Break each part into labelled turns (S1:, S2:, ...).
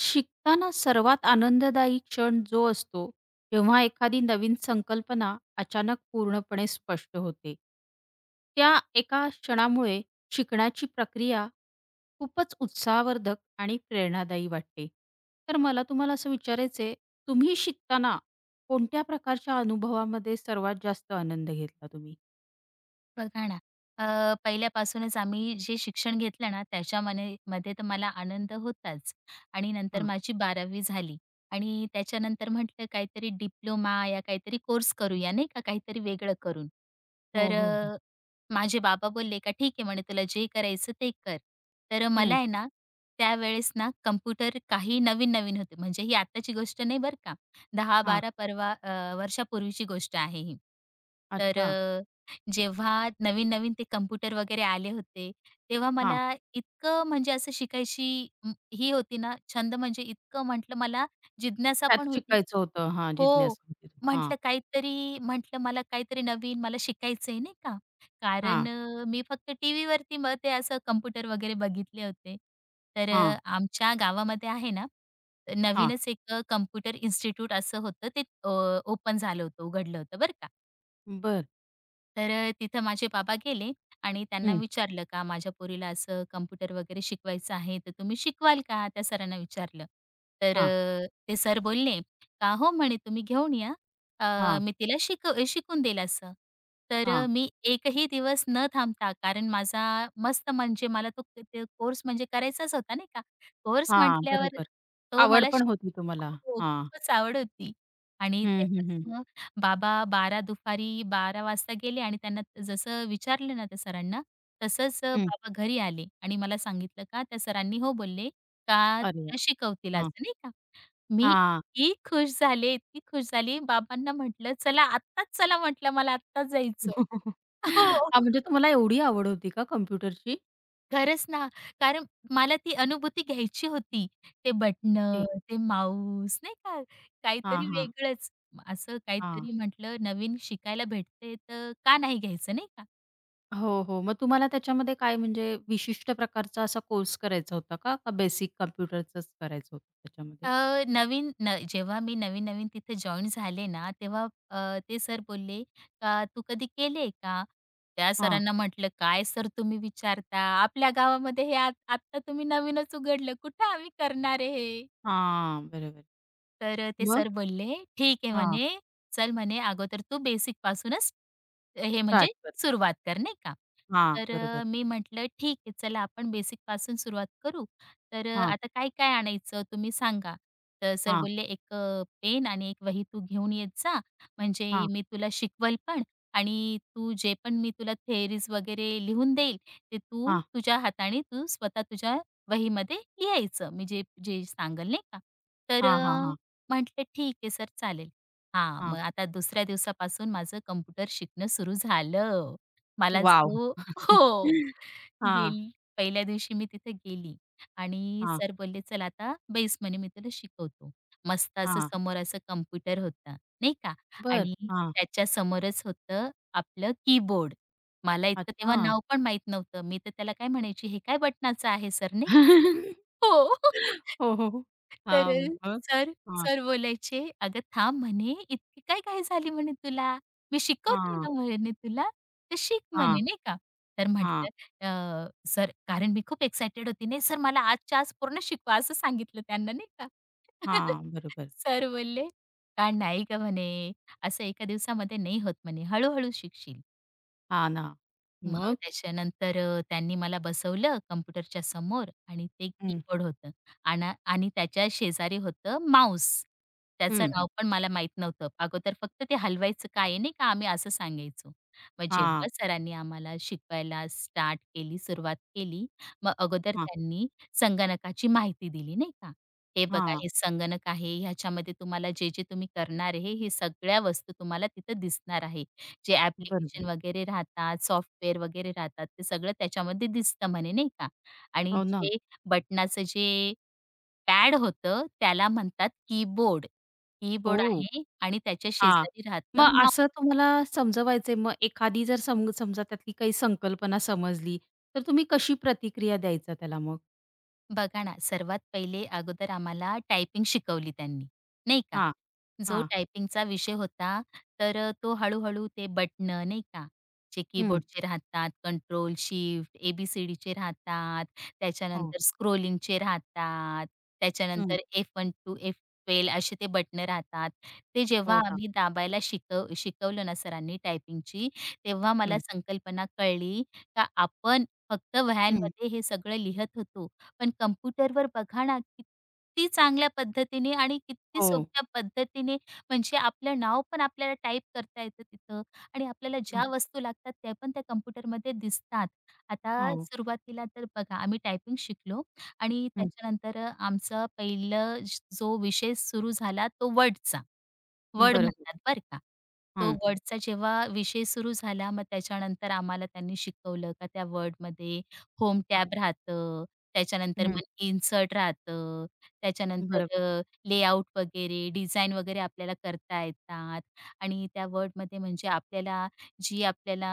S1: शिकताना सर्वात आनंददायी क्षण जो असतो, तेव्हा एखादी नवीन संकल्पना अचानक पूर्णपणे स्पष्ट होते. त्या एका क्षणामुळे शिकण्याची प्रक्रिया खूपच उत्साहवर्धक आणि प्रेरणादायी वाटते. तर मला तुम्हाला असं विचारायचं आहे, तुम्ही शिकताना कोणत्या प्रकारच्या अनुभवामध्ये सर्वात जास्त आनंद घेतला तुम्ही?
S2: बघा ना, अ, पहिल्यापासूनच आम्ही जे शिक्षण घेतलं ना त्याच्यामध्ये तर मला आनंद होताच आणि नंतर
S1: हां.
S2: माझी 12वी झाली आणि त्याच्यानंतर म्हटलं काहीतरी डिप्लोमा या काहीतरी कोर्स करूया नाही का, काहीतरी वेगळं करून.
S1: हो,
S2: तर
S1: हो, हो.
S2: माझे बाबा बोलले का "ठीक आहे," म्हणे, "तुला जे करायचं ते कर." तर मला
S1: हं.
S2: आहे ना, त्यावेळेस ना कॉम्प्युटर काही नवीन-नवीन होते. म्हणजे ही आत्ताची गोष्ट नाही बरं का.
S1: हां.
S2: 10-12 परवा वर्षापूर्वीची गोष्ट आहे ही. तर
S1: अच्छा.
S2: जेव्हा नवीन-नवीन ते कॉम्प्युटर वगैरे आले होते, तेव्हा
S1: हां.
S2: मला इतकं म्हणजे असं शिकायची ही होती ना, छंद म्हणजे इतकं म्हटलं मला जिज्ञासा
S1: त्यात
S2: पण होती.
S1: शिकायचं होतं. हां,
S2: हो,
S1: जिज्ञासा. होती. हां,
S2: म्हटलं काहीतरी म्हटलं मला काहीतरी नवीन मला शिकायचंय नाही का.
S1: हां,
S2: कारण मी फक्त टीव्हीवरती मग ते असं कॉम्प्युटर वगैरे बघितले होते. तर
S1: हां,
S2: आमच्या गावामध्ये आहे ना,
S1: हां.
S2: नवीनच एक इन्स्टिट्यूट असं होतं ते ओपन झालं होतं, उघडलं होतं बरं का.
S1: बरं.
S2: तर तिथं माझे बाबा गेले आणि त्यांना
S1: हं.
S2: विचारलं का माझ्या पोरीला असं कम्प्युटर वगैरे शिकवायचं आहे तर तुम्ही शिकवाल का? त्या सरांना विचारलं. तर
S1: हां,
S2: ते सर बोलले का "हो," म्हणे, "तुम्ही घेऊन या.
S1: हां,
S2: मी तिला शिकून देईल असं." तर
S1: हां,
S2: मी एकही दिवस न थांबता कारण माझा मस्त म्हणजे मला तो कोर्स म्हणजे करायचाच होता नाही का. कोर्स
S1: हां,
S2: म्हटल्यावर
S1: बरोबर.
S2: तो
S1: आवड
S2: मला
S1: पण
S2: श
S1: होती तुम्हाला.
S2: हो,
S1: हां.
S2: खूपच आवड होती आणि
S1: हं, हं, हं.
S2: तेव्हाच बाबा 12 दुपारी 12 वाजता गेले आणि त्यांना जसं विचारलं ना त्या सरांना, तसंच
S1: हं.
S2: बाबा घरी आले आणि मला सांगितलं का त्या सरांनी हो बोलले, का
S1: अरे वाह!
S2: तुला शिकवतील आज
S1: हां,
S2: नाही का. मी
S1: हां.
S2: इतकी खुश झाले, इतकी खुश झाली. बाबांना म्हटलं, "चला आत्ताच चला" म्हटलं, "मला आत्ताच जायचं."
S1: हां,
S2: हो.
S1: म्हणजे तुम्हाला एवढी आवड होती का कॉम्प्युटरची?
S2: खरंच ना, कारण मला ती अनुभूती घ्यायची होती. ते
S1: ओके.
S2: बटणं, ते माऊस नाही का,
S1: हां,
S2: काहीतरी
S1: हां,
S2: वेगळंच. असं
S1: हां.
S2: काहीतरी म्हटलं नवीन शिकायला भेटते तर का नाही घ्यायचं नाही का?
S1: हो, हो. मग तुम्हाला त्याच्यामध्ये काय म्हणजे विशिष्ट प्रकारचा असा कोर्स करायचा होता का? का बेसिक कॉम्प्युटरचंच करायचं होतं त्याच्यामध्ये?
S2: अ, नवीन न जेव्हा मी नवीन-नवीन तिथे जॉइन झाले ना, तेव्हा ते सर बोलले, "का तू कधी केले, का?" त्या
S1: हां,
S2: सरांना म्हटलं, "काय सर तुम्ही विचारता? आपल्या गावामध्ये हे आत्ता तुम्ही नवीनच उघडलं. कुठं आम्ही करणार आहे हे?"
S1: हां, बरोबर.
S2: तर ते
S1: मग?
S2: सर बोलले, "ठीक आहे,"
S1: हां,
S2: म्हणे, "चल," म्हणे, "अगोदर तू बेसिकपासूनच हे
S1: स्टार्ट
S2: म्हणजे
S1: कर.
S2: सुरुवात कर," नाही का.
S1: हां,
S2: तर
S1: बरोबर.
S2: मी म्हटलं, "ठीक आहे, चला आपण बेसिकपासून सुरुवात करू. तर
S1: हां,
S2: आता काय-काय आणायचं तुम्ही सांगा." तर सर
S1: हां,
S2: बोलले, "एक पेन आणि एक वही तू घेऊन येत जा, म्हणजे
S1: हां,
S2: मी तुला शिकवल पण आणि तू जे पण मी तुला थेअरीज वगैरे लिहून देईल, ते तू
S1: हां,
S2: तुझ्या हाताने तू स्वतः तुझ्या वहीमध्ये लिहायचं, मी जे जे सांगेल," नाही का. तर
S1: हां, हां, हां,
S2: म्हटलं, "ठीक आहे सर, चालेल." हां,
S1: हां.
S2: मग आता दुसऱ्या दिवसापासून माझं कॉम्प्युटर शिकणं सुरू झालं. मला
S1: वॉव!
S2: जो हो,
S1: हां.
S2: गेली. पहिल्या दिवशी मी तिथे गेली आणि
S1: हां,
S2: सर बोलले, "चल आता बेस म्हणे मी तुला शिकवतो." मस्त असं
S1: हां.
S2: समोर असं कॉम्प्युटर होता, नाही का?
S1: बरं.
S2: आणि
S1: हां.
S2: त्याच्यासमोरच होतं आपलं कीबोर्ड. मला इतकं
S1: अच्छा.
S2: तेव्हा नाव पण माहीत नव्हतं. मी तर त्याला काय म्हणायची, "हे काय बटनाचं आहे सर?" नाही का? हो.
S1: हो, हो, हो. हां,
S2: तर
S1: मग?
S2: सर
S1: हां,
S2: सर बोलायचे, "अगं थांब म्हणे, इतकी काय घाई झाली म्हणे तुला? मी शिकवते
S1: हां,
S2: ना म्हणे तुला, तर शिक
S1: हां,
S2: म्हणे," नाही का. तर
S1: हां,
S2: म्हटलं "सर" कारण मी खूप एक्सायटेड होती, "नाही सर मला आजच्या आज पूर्ण शिकवा," असं सांगितलं त्यांना नाही का.
S1: हां. बरोबर.
S2: सर बोलले, "का नाही गं," म्हणे, "असं एका दिवसामध्ये नाही होत," म्हणे, हळू शिकशील."
S1: हां ना.
S2: मग
S1: मग?
S2: त्याच्यानंतर त्यांनी मला बसवलं कॉम्प्युटरच्या समोर आणि ते
S1: हं,
S2: कीबोर्ड होतं आणि त्याच्या शेजारी होतं माऊस. त्याचं
S1: हं.
S2: नाव पण मला माहीत नव्हतं. अगोदर फक्त ते हलवायचं काय आहे, नाही का आम्ही असं सांगायचो. मग
S1: हां,
S2: जेव्हा सरांनी आम्हाला शिकवायला स्टार्ट केली, सुरुवात केली, मग अगोदर
S1: हां,
S2: त्यांनी संगणकाची माहिती दिली, नाही का. हे बघा
S1: हां.
S2: हे संगणक आहे, ह्याच्यामध्ये तुम्हाला जे-जे तुम्ही करणार आहे, हे सगळ्या वस्तू तुम्हाला तिथं दिसणार आहे. जे
S1: बरोबर.
S2: ॲप्लिकेशन वगैरे राहतात, सॉफ्टवेअर वगैरे राहतात, ते सगळं त्याच्यामध्ये दिसतं म्हणे नाही का. आणि
S1: हो ना.
S2: जे बटनाचं जे पॅड होतं त्याला म्हणतात कीबोर्ड. कीबोर्ड
S1: हो.
S2: आहे आणि त्याच्या
S1: हां.
S2: शेजारी राहतं
S1: मग असं तुम्हाला समजवायचंय, मग एखादी जर सम समजा त्यातली काही संकल्पना समजली, तर तुम्ही कशी प्रतिक्रिया द्यायचा त्याला मग?
S2: बघा ना, सर्वात पहिले अगोदर आम्हाला टायपिंग शिकवली त्यांनी, नाही का.
S1: हां,
S2: जो
S1: हां.
S2: टायपिंगचा विषय होता, तर तो हळू-हळू ते बटणं नाही का, जे
S1: हं.
S2: कीबोर्डचे राहतात, कंट्रोल, शिफ्ट, ए-बी-सी-डीचे राहतात,
S1: हो.
S2: त्याच्यानंतर स्क्रोलिंगचे राहतात,
S1: हं.
S2: त्याच्यानंतर एफ-1 टू एफ-12 असे ते बटणं राहतात. ते जेव्हा
S1: हो ना.
S2: आम्ही दाबायला शिकवलं ना सरांनी टायपिंगची, तेव्हा मला
S1: हं,
S2: संकल्पना कळली का आपण फक्त
S1: हं.
S2: व्हॅनमध्ये हे सगळं लिहत होतो. पण कम्प्युटरवर बघा ना, किती चांगल्या पद्धतीने आणि किती
S1: हो.
S2: सोप्या पद्धतीने म्हणजे आपलं नाव पण आपल्याला टाईप करता येतं तिथं आणि आपल्याला
S1: हं,
S2: ज्या वस्तू लागतात त्या पण त्या कम्प्युटरमध्ये दिसतात. आता
S1: हो.
S2: सुरुवातीला तर बघा आम्ही टायपिंग शिकलो आणि त्याच्यानंतर आमचा पहिलं जो विषय सुरू झाला तो वर्डचा. वड
S1: बरोबर.
S2: म्हणतात बरं का. तो
S1: हं,
S2: वडचा जेव्हा विषय सुरू झाला, मग त्याच्यानंतर आम्हाला त्यांनी शिकवलं का त्या वडमध्ये होम टॅब राहतं, त्याच्यानंतर
S1: हं.
S2: मग इन्सर्ट राहतं,
S1: बरोबर,
S2: त्याच्यानंतर लेआउट वगैरे, डिझाइन वगैरे आपल्याला करता येतात आणि त्या वर्डमध्ये म्हणजे आपल्याला जी आपल्याला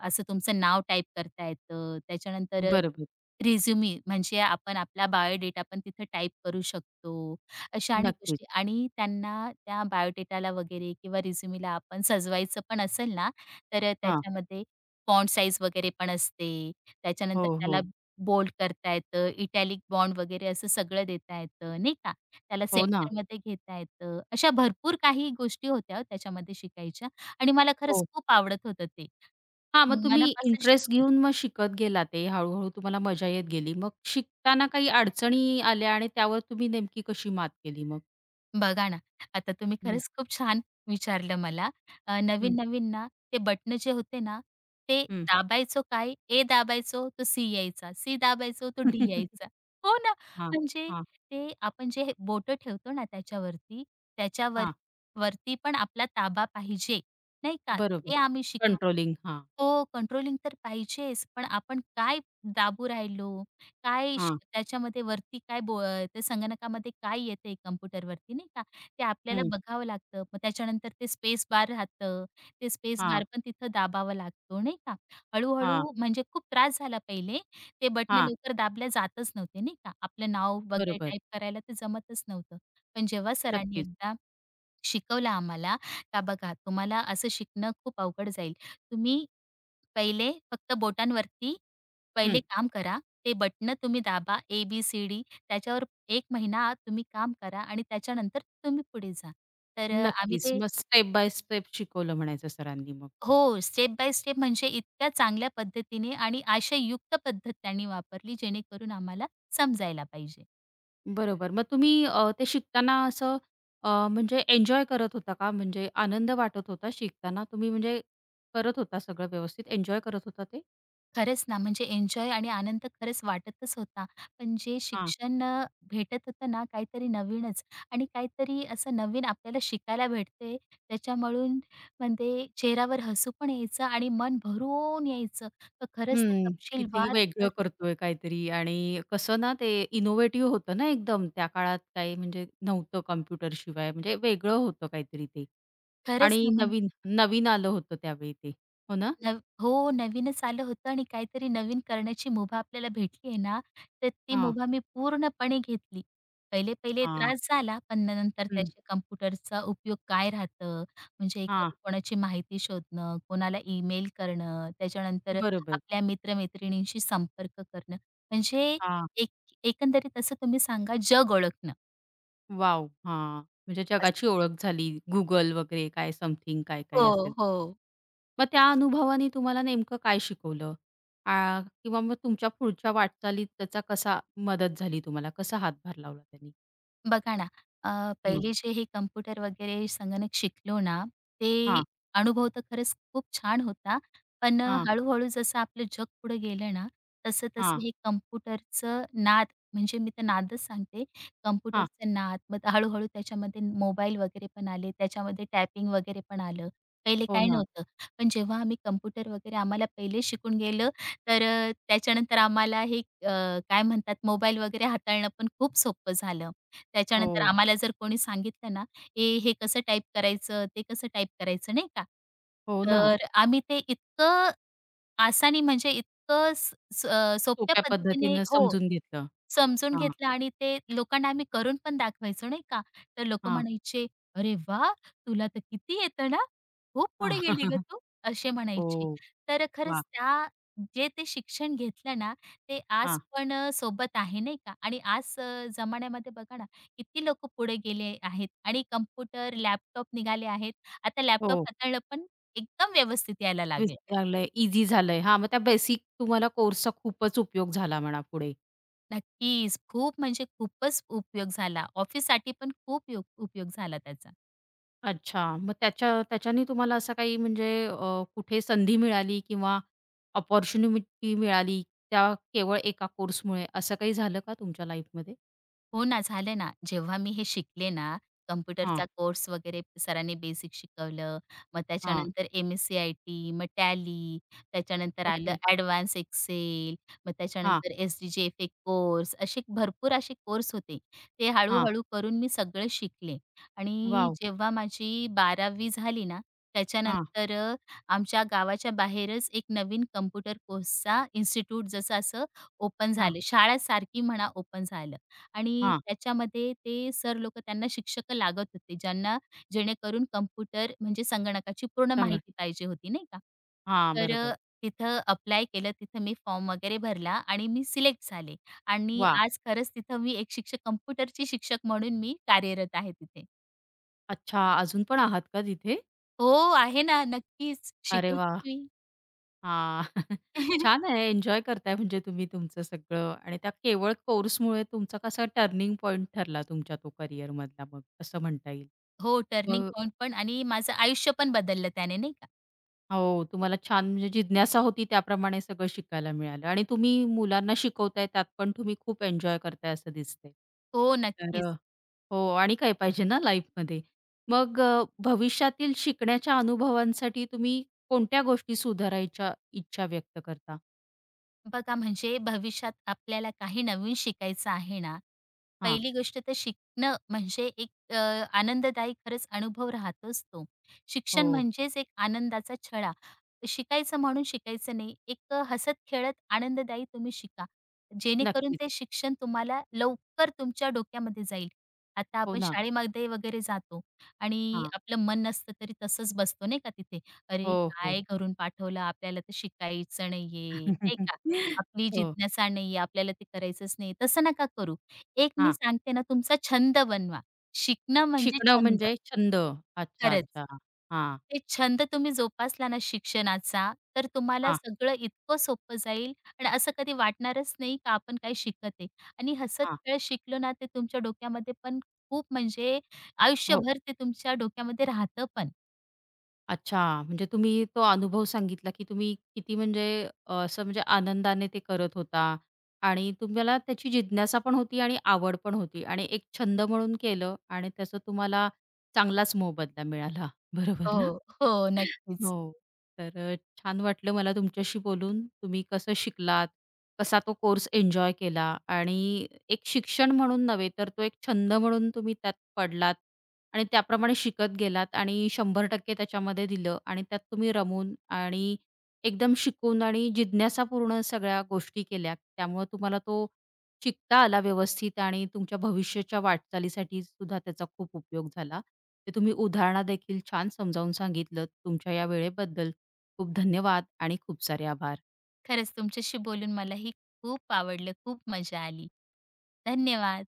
S2: असं तुमचं नाव टाइप करता येतं. त्याच्यानंतर
S1: बरोबर.
S2: रिझ्युमी म्हणजे आपण आपला बायोडेटा पण तिथं टाइप करू शकतो. अशा अनेक
S1: नक्कीच.
S2: गोष्टी आणि त्यांना त्या बायोडेटाला वगैरे किंवा रिझ्युमीला आपण सजवायचं पण असेल ना, तर
S1: हां.
S2: त्याच्यामध्ये फॉन्ट साईज वगैरे पण असते.
S1: हो,
S2: त्याच्यानंतर त्याला
S1: हो.
S2: बोल्ड करता येतं, इटॅलिक बॉन्ड वगैरे असं सगळं देता येतं, नाही का. त्याला
S1: हो ना.
S2: सेंटरमध्ये घेता येतं. अशा भरपूर काही गोष्टी होत्या हो त्याच्यामध्ये शिकायच्या आणि मला खरंच
S1: हो.
S2: खूप आवडत होतं ते.
S1: हां, मग तुम्ही
S2: मनापासून
S1: इंटरेस्ट
S2: शिकले.
S1: घेऊन मग शिकत गेला ते हळू-हळू तुम्हाला मजा येत गेली. मग शिकताना काही अडचणी आल्या आणि त्यावर तुम्ही नेमकी कशी मात केली मग?
S2: बघा ना, आता तुम्ही
S1: हं,
S2: खरंच खूप छान विचारलं मला.
S1: हं,
S2: नवीन-नवीन ना, ते बटन जे होते ना, ते
S1: हं.
S2: दाबायचो काय? ए दाबायचो तो सी यायचा, सी दाबायचो तो डी यायचा. हो ना,
S1: हां,
S2: म्हणजे
S1: हां,
S2: ते आपण जे बोटं ठेवतो ना त्याच्यावरती, त्याच्यावर
S1: हां.
S2: वरती पण आपला ताबा पाहिजे, नाही का?
S1: बरोबर.
S2: ते आम्ही शिकवलं.
S1: कंट्रोलिंग. हां,
S2: हो, कंट्रोलिंग तर पाहिजेच, पण आपण काय दाबू राहिलो? काय श
S1: हां.
S2: त्याच्यामध्ये वरती त्या संगणकामध्ये काय येतंय कॉम्प्युटरवरती नाही का, ते आपल्याला
S1: हं.
S2: बघावं लागतं. मग त्याच्यानंतर ते स्पेस बार राहतं. ते स्पेस
S1: हां,
S2: बार पण तिथं दाबावा लागतो नाही का.
S1: हां,
S2: हळू-हळू म्हणजे खूप त्रास झाला पहिले. ते बटणं
S1: हां.
S2: लवकर दाबल्या जातच नव्हते नाही का. आपलं नाव वगैरे
S1: बरोबर.
S2: टाईप करायला ते जमतच नव्हतं. पण जेव्हा सरांनी
S1: नक्कीच.
S2: एकदा शिकवलं आम्हाला, का बघा तुम्हाला असं शिकणं खूप अवघड जाईल. तुम्ही पहिले फक्त बोटांवरती
S1: हं.
S2: पहिले काम करा. ते बटन तुम्ही दाबा ए-बी-सी-डी त्याच्यावर 1 महिना तुम्ही काम करा आणि त्याच्यानंतर तुम्ही पुढे जा. तर आम्ही
S1: नक्कीच.
S2: ते
S1: मग स्टेप बाय स्टेप शिकवलं म्हणायचं सरांनी मग.
S2: हो, स्टेप बाय स्टेप म्हणजे इतक्या चांगल्या पद्धतीने आणि आशययुक्त पद्धत त्यांनी वापरली जेणेकरून आम्हाला समजायला पाहिजे.
S1: बरोबर. मग तुम्ही ते शिकताना असं म्हणजे एन्जॉय करत होता का? म्हणजे आनंद वाटत होता शिकताना? तुम्ही म्हणजे करत होता सगळं व्यवस्थित, एन्जॉय करत होता ते?
S2: खरंच ना, म्हणजे एन्जॉय आणि आनंद खरंच वाटतच होता. पण जे
S1: हां.
S2: शिक्षण भेटत होतं ना, काहीतरी नवीनच आणि काहीतरी असं नवीन आपल्याला शिकायला भेटते. त्याच्यामळून म्हणजे चेहऱ्यावर हसू पण यायचं आणि मन भरून यायचं. तर खरंच ते
S1: हं. किती
S2: तपशीलवार
S1: वेगळं
S2: तर
S1: करतोय काहीतरी आणि कसं ना ते इनोव्हेटिव्ह होतं ना एकदम. त्या काळात काही म्हणजे नव्हतं कॉम्प्युटरशिवाय म्हणजे वेगळं होतं काहीतरी ते.
S2: खरंच
S1: आणि
S2: ना,
S1: नवीन
S2: म्हणजे
S1: नवीन आलं होतं त्यावेळी ते. हो ना?
S2: हो, नवीनच आलं होतं आणि काहीतरी नवीन करण्याची मुभा आपल्याला भेटली आहे ना, तर ती
S1: हां,
S2: मुभा मी पूर्णपणे घेतली. पहिले-पहिले
S1: हां.
S2: त्रास झाला, पण नंतर
S1: हं.
S2: त्याच्या कॉम्प्युटरचा उपयोग काय राहतं, म्हणजे
S1: हां.
S2: एखादी कोणाची माहिती शोधणं, कोणाला ईमेल करणं, त्याच्यानंतर
S1: बरोबर.
S2: आपल्या मित्र संपर्क करणं, म्हणजे एक एकंदरीत असं तुम्ही सांगा जग ओळखणं.
S1: वॉव! हां, म्हणजे
S2: असं.
S1: जगाची ओळख झाली. Google वगैरे काय समथिंग काय-काय
S2: हो,
S1: असेल.
S2: हो.
S1: मग त्या अनुभवाने तुम्हाला नेमकं काय शिकवलं? आ, किंवा मग तुमच्या पुढच्या वाटचालीत त्याचा कसा मदत झाली तुम्हाला? कसा हातभार लावला त्यांनी?
S2: बघा ना, अ,
S1: हं.
S2: पहिले जे हे कम्प्युटर वगैरे संगणक शिकलो ना, ते
S1: हां,
S2: अनुभव तर खरंच खूप छान होता. पण
S1: हां,
S2: हळू-हळू जसं आपलं जग पुढे गेलं ना, तसं-तसं
S1: हां,
S2: हे कम्प्युटरचं नाद, म्हणजे मी तर नादच सांगते,
S1: हां.
S2: कम्प्युटरचं नाद. मग ते हळू-हळू त्याच्यामध्ये मोबाईल वगैरे पण आले, त्याच्यामध्ये टायपिंग वगैरे पण आलं. पहिले
S1: हो
S2: काही
S1: ना.
S2: नव्हतं. पण जेव्हा आम्ही कम्प्युटर वगैरे आम्हाला पहिले शिकून गेलं, तर त्याच्यानंतर आम्हाला हे काय म्हणतात मोबाईल वगैरे हाताळणं पण खूप सोपं झालं. त्याच्यानंतर
S1: हो,
S2: आम्हाला जर कोणी सांगितलं ना, "ए, हे कसं टाइप करायचं, ते कसं टाइप करायचं," नाही का.
S1: हो ना.
S2: तर आम्ही ते इतकं आसानी म्हणजे इतकं स स अ, सोप्या
S1: सोप्या
S2: पद्धतीने
S1: पद्धतीनं
S2: हो.
S1: समजून घेतलं.
S2: समजून
S1: हां,
S2: घेतलं आणि ते लोकांना आम्ही करून पण दाखवायचो नाही का. तर लोकं
S1: हां, हां.
S2: म्हणायचे, "अरे वा, तुला तर किती येतं ना? खूप पुढे गेली गं तू." असे म्हणायचे.
S1: हो,
S2: तर
S1: वाह!
S2: खरंच त्या जे ते शिक्षण घेतलं ना, ते
S1: हां,
S2: आज पण सोबत आहे नाही का. आणि आज जमान्यामध्ये बघा ना, किती लोकं पुढे गेले आहेत आणि कॉम्प्युटर, लॅपटॉप निघाले आहेत. आता लॅपटॉप
S1: हो.
S2: हाताळणं पण एकदम व्यवस्थित यायला
S1: विस-
S2: लागलं.
S1: झालंय, ईझी झालंय. हां, मग त्या बेसिक तुम्हाला कोर्सचा खूपच उपयोग झाला म्हणा पुढे.
S2: नक्कीच. खूप म्हणजे खूपच उपयोग झाला. ऑफिससाठी पण खूप योग उपयोग झाला त्याचा.
S1: अच्छा. मग त्याच्या त्याच्याने तुम्हाला असं काही म्हणजे कुठे संधी मिळाली किंवा अपॉर्च्युनिमिटी मिळाली, त्या केवळ एका कोर्समुळे, असं काही झालं का तुमच्या लाईफमध्ये?
S2: हो ना, झालं ना. जेव्हा मी हे शिकले ना,
S1: हां,
S2: कॉम्प्युटरचा कोर्स वगैरे सरांनी बेसिक शिकवलं. मग
S1: हां.
S2: त्याच्यानंतर एम-एस-सी-आय-टी, मग टॅली, त्याच्यानंतर
S1: ओके.
S2: आलं ॲडव्हान्स एक्सेल, मग
S1: हां,
S2: त्याच्यानंतर एस-डी-जी-एफ-ए कोर्स, असे भरपूर असे कोर्स होते. ते
S1: हां.
S2: हळू-हळू करून मी सगळं शिकले आणि
S1: वॉव!
S2: जेव्हा माझी 12वी झाली ना,
S1: हां,
S2: त्याच्यानंतर आमच्या गावाच्या बाहेरच एक नवीन कॉम्प्युटर कोर्सचा इन्स्टिट्यूट जसं असं ओपन
S1: हां,
S2: झालं. शाळासारखी म्हणा ओपन झालं. आणि
S1: हां.
S2: त्याच्यामध्ये ते सर लोकं त्यांना शिक्षक लागत होते, ज्यांना जेणेकरून कॉम्प्युटर म्हणजे संगणकाची पूर्ण
S1: चांगलं.
S2: माहिती पाहिजे होती, नाही का.
S1: हां,
S2: तर
S1: बरोबर.
S2: तिथं अप्लाय केलं, तिथं मी फॉर्म वगैरे भरला आणि मी सिलेक्ट झाले आणि
S1: वाह!
S2: आज खरंच तिथं मी एक शिक्षक कॉम्प्युटरची शिक्षक म्हणून मी कार्यरत आहे तिथे.
S1: अच्छा. अजून पण आहात का तिथे?
S2: हो, आहे ना, नक्कीच.
S1: अरे
S2: शिकवते
S1: वाह!
S2: मी.
S1: हां. छान आहे. एन्जॉय करताय म्हणजे तुम्ही तुमचं सगळं आणि त्या केवळ कोर्समुळे तुमचा कसा टर्निंग पॉइंट ठरला तुमच्या तो करिअरमधला मग असं म्हणता येईल.
S2: हो, टर्निंग
S1: मग
S2: पॉइंट पण आणि माझं आयुष्य पण बदललं त्याने, नाही का.
S1: हो, तुम्हाला छान म्हणजे जिज्ञासा होती त्याप्रमाणे सगळं शिकायला मिळालं आणि तुम्ही मुलांना शिकवताय त्यात पण तुम्ही खूप एन्जॉय करताय असं दिसतंय.
S2: हो,
S1: तर
S2: नक्कीच.
S1: हो आणि काय पाहिजे ना लाईफमध्ये. मग भविष्यातील शिकण्याच्या अनुभवांसाठी तुम्ही कोणत्या गोष्टी सुधारायच्या इच्छा व्यक्त करता?
S2: बघा म्हणजे भविष्यात आपल्याला काही नवीन शिकायचं आहे ना,
S1: हां.
S2: पहिली गोष्ट तर शिकणं म्हणजे एक अ, आनंददायी खरंच अनुभव राहतोच तो. शिक्षण
S1: हो.
S2: म्हणजेच एक आनंदाचा छळा. शिकायचं म्हणून शिकायचं नाही. एक हसत-खेळत आनंददायी तुम्ही शिका. जेणेकरून ते
S1: नक्कीच.
S2: शिक्षण तुम्हाला लवकर तुमच्या डोक्यामध्ये जाईल. आता
S1: हो
S2: आपण
S1: ना.
S2: शाळेमध्ये वगैरे जातो आणि
S1: हां.
S2: आपलं मन नसलं तरी तसंच बसतो नाही का तिथे.
S1: हो,
S2: अरे,
S1: हो.
S2: काय घरून पाठवलं आपल्याला तर शिकायचं नाहीये, नाही का? आपली
S1: हो.
S2: जिज्ञासा नाहीये, आपल्याला ते करायचंच नाही, तसं नका करू. एक मी
S1: हां.
S2: सांगते ना, तुमचा छंद बनवा. शिकणं म्हणजे
S1: शिकणं
S2: छंद.
S1: म्हणजे छंद. अच्छा,
S2: खरंच.
S1: अच्छा. हां,
S2: ते छंद तुम्ही जोपासला ना शिक्षणाचा, तर तुम्हाला
S1: हां,
S2: सगळं इतकं सोपं जाईल आणि असं कधी वाटणारच नाही का आपण काही शिकत आहे. आणि हसत
S1: हां.
S2: खेळत शिकलो ना, ते तुमच्या डोक्यामध्ये पण खूप म्हणजे
S1: हो.
S2: आयुष्यभर ते तुमच्या डोक्यामध्ये राहतं पण.
S1: अच्छा. म्हणजे तुम्ही तो अनुभव सांगितला, की तुम्ही किती म्हणजे असं म्हणजे आनंदाने ते करत होता आणि तुम्हाला त्याची जिज्ञासा पण होती आणि आवड पण होती आणि एक छंद म्हणून केलं आणि त्याचा तुम्हाला चांगलाच मोबदला मिळाला. बरोबर ना?
S2: हो, हो, नक्कीच.
S1: हो. तर छान वाटलं मला तुमच्याशी बोलून. तुम्ही कसं शिकलात, कसा तो कोर्स एन्जॉय केला आणि एक शिक्षण म्हणून नव्हे, तर तो एक छंद म्हणून तुम्ही त्यात पडलात आणि त्याप्रमाणे शिकत गेलात आणि 100% त्याच्यामध्ये दिलं आणि त्यात तुम्ही रमून आणि एकदम शिकून आणि जिज्ञासापूर्ण सगळ्या गोष्टी केल्या. त्यामुळे तुम्हाला तो शिकता आला व्यवस्थित आणि तुमच्या भविष्याच्या वाटचालीसाठी सुद्धा त्याचा खूप उपयोग झाला. ते तुम्ही उदाहरणादेखील छान समजावून सांगितलत. तुमच्या या वेळेबद्दल खूप धन्यवाद आणि खूप सारे आभार.
S2: खरंच तुमच्याशी बोलून मलाही खूप आवडलं, खूप मजा आली. धन्यवाद.